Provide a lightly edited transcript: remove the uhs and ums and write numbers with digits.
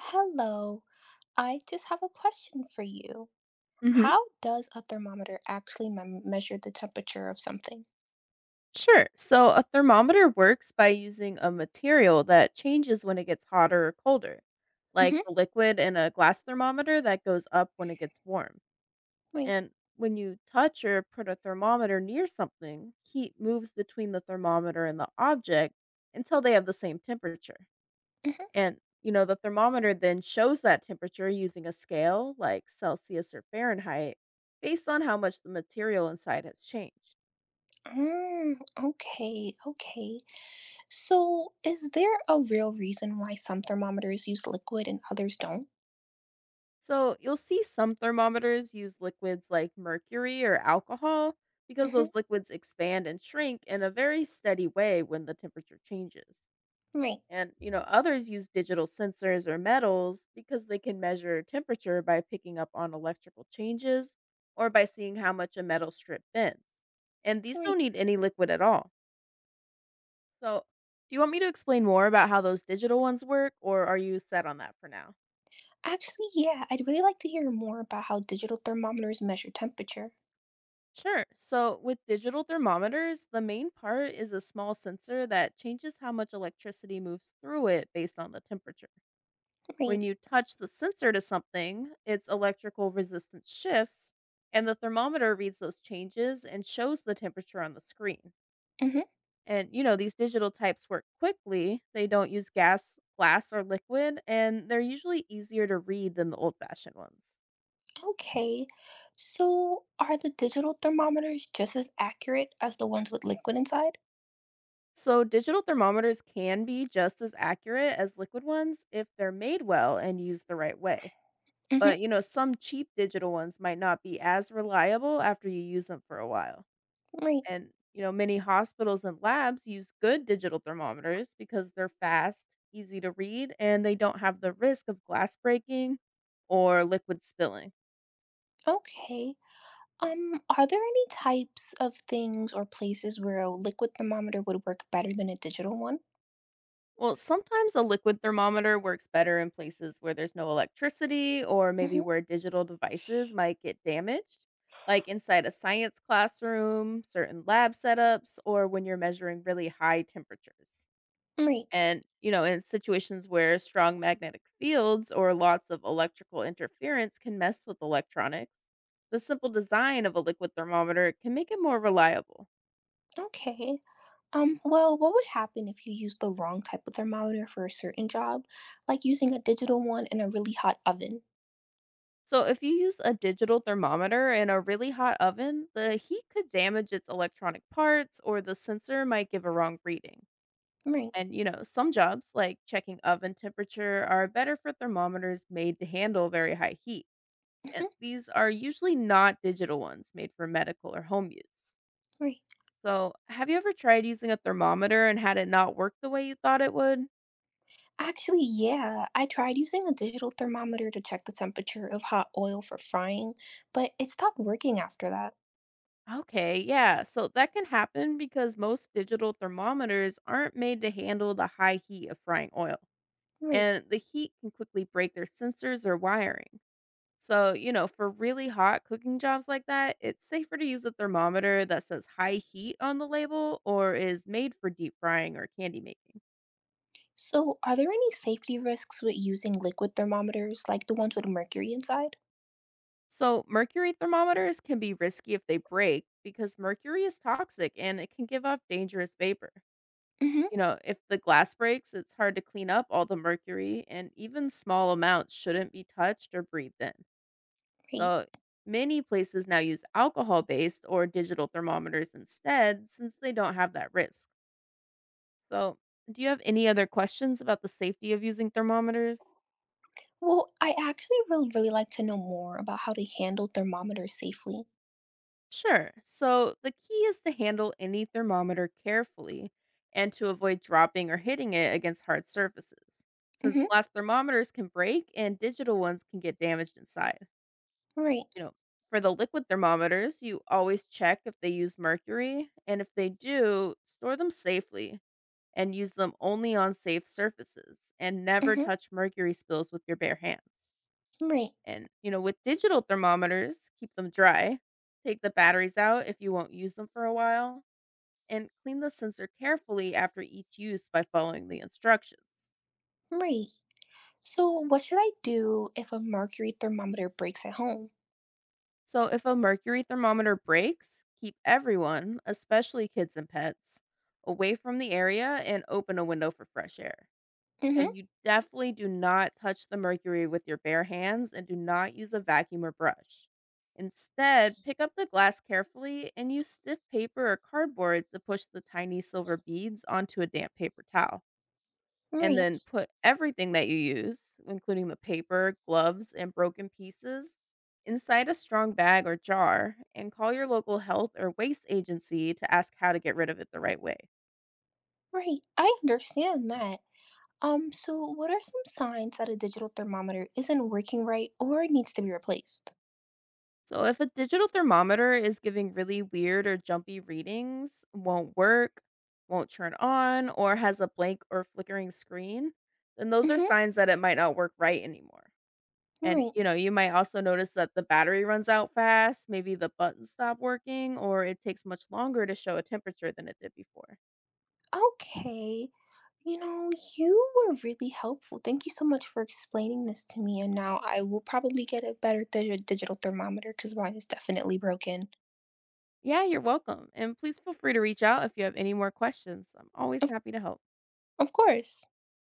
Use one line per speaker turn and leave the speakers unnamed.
Hello. I just have a question for you.
Hmm.
How does a thermometer actually mem measure the temperature of something?
Sure. So a thermometer works by using a material that changes when it gets hotter or colder, like
Mm-hmm.
the liquid in a glass thermometer that goes up when it gets warm.
Wait.
And when you touch or put a thermometer near something, heat moves between the thermometer and the object until they have the same temperature.
Mm-hmm.
And, the thermometer then shows that temperature using a scale like Celsius or Fahrenheit based on how much the material inside has changed.
Mm, okay, okay. So, is there a real reason why some thermometers use liquid and others don't?
So you'll see some thermometers use liquids like mercury or alcohol because
Mm-hmm.
those liquids expand and shrink in a very steady way when the temperature changes.
Right,
And others use digital sensors or metals because they can measure temperature by picking up on electrical changes or by seeing how much a metal strip bends. And these
right.
don't need any liquid at all. So, do you want me to explain more about how those digital ones work, or are you set on that for now?
Actually, yeah, I'd really like to hear more about how digital thermometers measure temperature.
Sure. So, with digital thermometers, the main part is a small sensor that changes how much electricity moves through it based on the temperature.
Right.
When you touch the sensor to something, its electrical resistance shifts, and the thermometer reads those changes and shows the temperature on the screen. And, these digital types work quickly, they don't use gas, glass, or liquid, and they're usually easier to read than the old fashioned ones.
Okay, so are the digital thermometers just as accurate as the ones with liquid inside?
So, digital thermometers can be just as accurate as liquid ones if they're made well and used the right way.
Mm-hmm.
But, some cheap digital ones might not be as reliable after you use them for a while.
Right.
And, many hospitals and labs use good digital thermometers because they're fast, easy to read, and they don't have the risk of glass breaking or liquid spilling.
Okay. Are there any types of things or places where a liquid thermometer would work better than a digital one?
Well, sometimes a liquid thermometer works better in places where there's no electricity or maybe
Mm-hmm.
where digital devices might get damaged, like inside a science classroom, certain lab setups, or when you're measuring really high temperatures.
Right.
And, in situations where strong magnetic fields or lots of electrical interference can mess with electronics, the simple design of a liquid thermometer can make it more reliable.
Okay. Well, what would happen if you used the wrong type of thermometer for a certain job, like using a digital one in a really hot oven?
So, if you use a digital thermometer in a really hot oven, the heat could damage its electronic parts or the sensor might give a wrong reading.
Right.
And, some jobs like checking oven temperature are better for thermometers made to handle very high heat. And
Mm-hmm.
these are usually not digital ones made for medical or home use.
Right.
So, have you ever tried using a thermometer and had it not work the way you thought it would?
Actually, yeah. I tried using a digital thermometer to check the temperature of hot oil for frying, but it stopped working after that.
Okay, yeah. So that can happen because most digital thermometers aren't made to handle the high heat of frying oil,
Right.
and the heat can quickly break their sensors or wiring. So, for really hot cooking jobs like that, it's safer to use a thermometer that says high heat on the label or is made for deep frying or candy making.
So, are there any safety risks with using liquid thermometers, like the ones with mercury inside?
So, mercury thermometers can be risky if they break because mercury is toxic and it can give off dangerous vapor.
Mm-hmm.
You know if the glass breaks, it's hard to clean up all the mercury, and even small amounts shouldn't be touched or breathed in.
Right.
So, many places now use alcohol based or digital thermometers instead since they don't have that risk. So, do you have any other questions about the safety of using thermometers?
Well, I actually would really like to know more about how to handle thermometers safely.
Sure. So, the key is to handle any thermometer carefully and to avoid dropping or hitting it against hard surfaces, since
Mm-hmm.
glass thermometers can break and digital ones can get damaged inside.
Right.
You know, for the liquid thermometers, you always check if they use mercury, and if they do, store them safely and use them only on safe surfaces and never
Mm-hmm.
touch mercury spills with your bare hands.
Right.
And, with digital thermometers, keep them dry, take the batteries out if you won't use them for a while, and clean the sensor carefully after each use by following the instructions.
Right. So, what should I do if a mercury thermometer breaks at home?
So, if a mercury thermometer breaks, keep everyone, especially kids and pets, away from the area and open a window for fresh air.
Mm-hmm.
And you definitely do not touch the mercury with your bare hands and do not use a vacuum or brush. Instead, pick up the glass carefully and use stiff paper or cardboard to push the tiny silver beads onto a damp paper towel and then
Right.
put everything that you use, including the paper, gloves, and broken pieces, inside a strong bag or jar and call your local health or waste agency to ask how to get rid of it the right way.
Right. I understand that. So what are some signs that a digital thermometer isn't working right or needs to be replaced?
So, if a digital thermometer is giving really weird or jumpy readings, won't work, won't turn on, or has a blank or flickering screen, then those are
Mm-hmm.
signs that it might not work right anymore. And,
Right.
you might also notice that the battery runs out fast, maybe the buttons stop working, or it takes much longer to show a temperature than it did before.
Okay. You know, you were really helpful. Thank you so much for explaining this to me. And now I will probably get a better digital thermometer because mine is definitely broken.
Yeah, you're welcome. And please feel free to reach out if you have any more questions. I'm always
Of,
happy to help.
of course.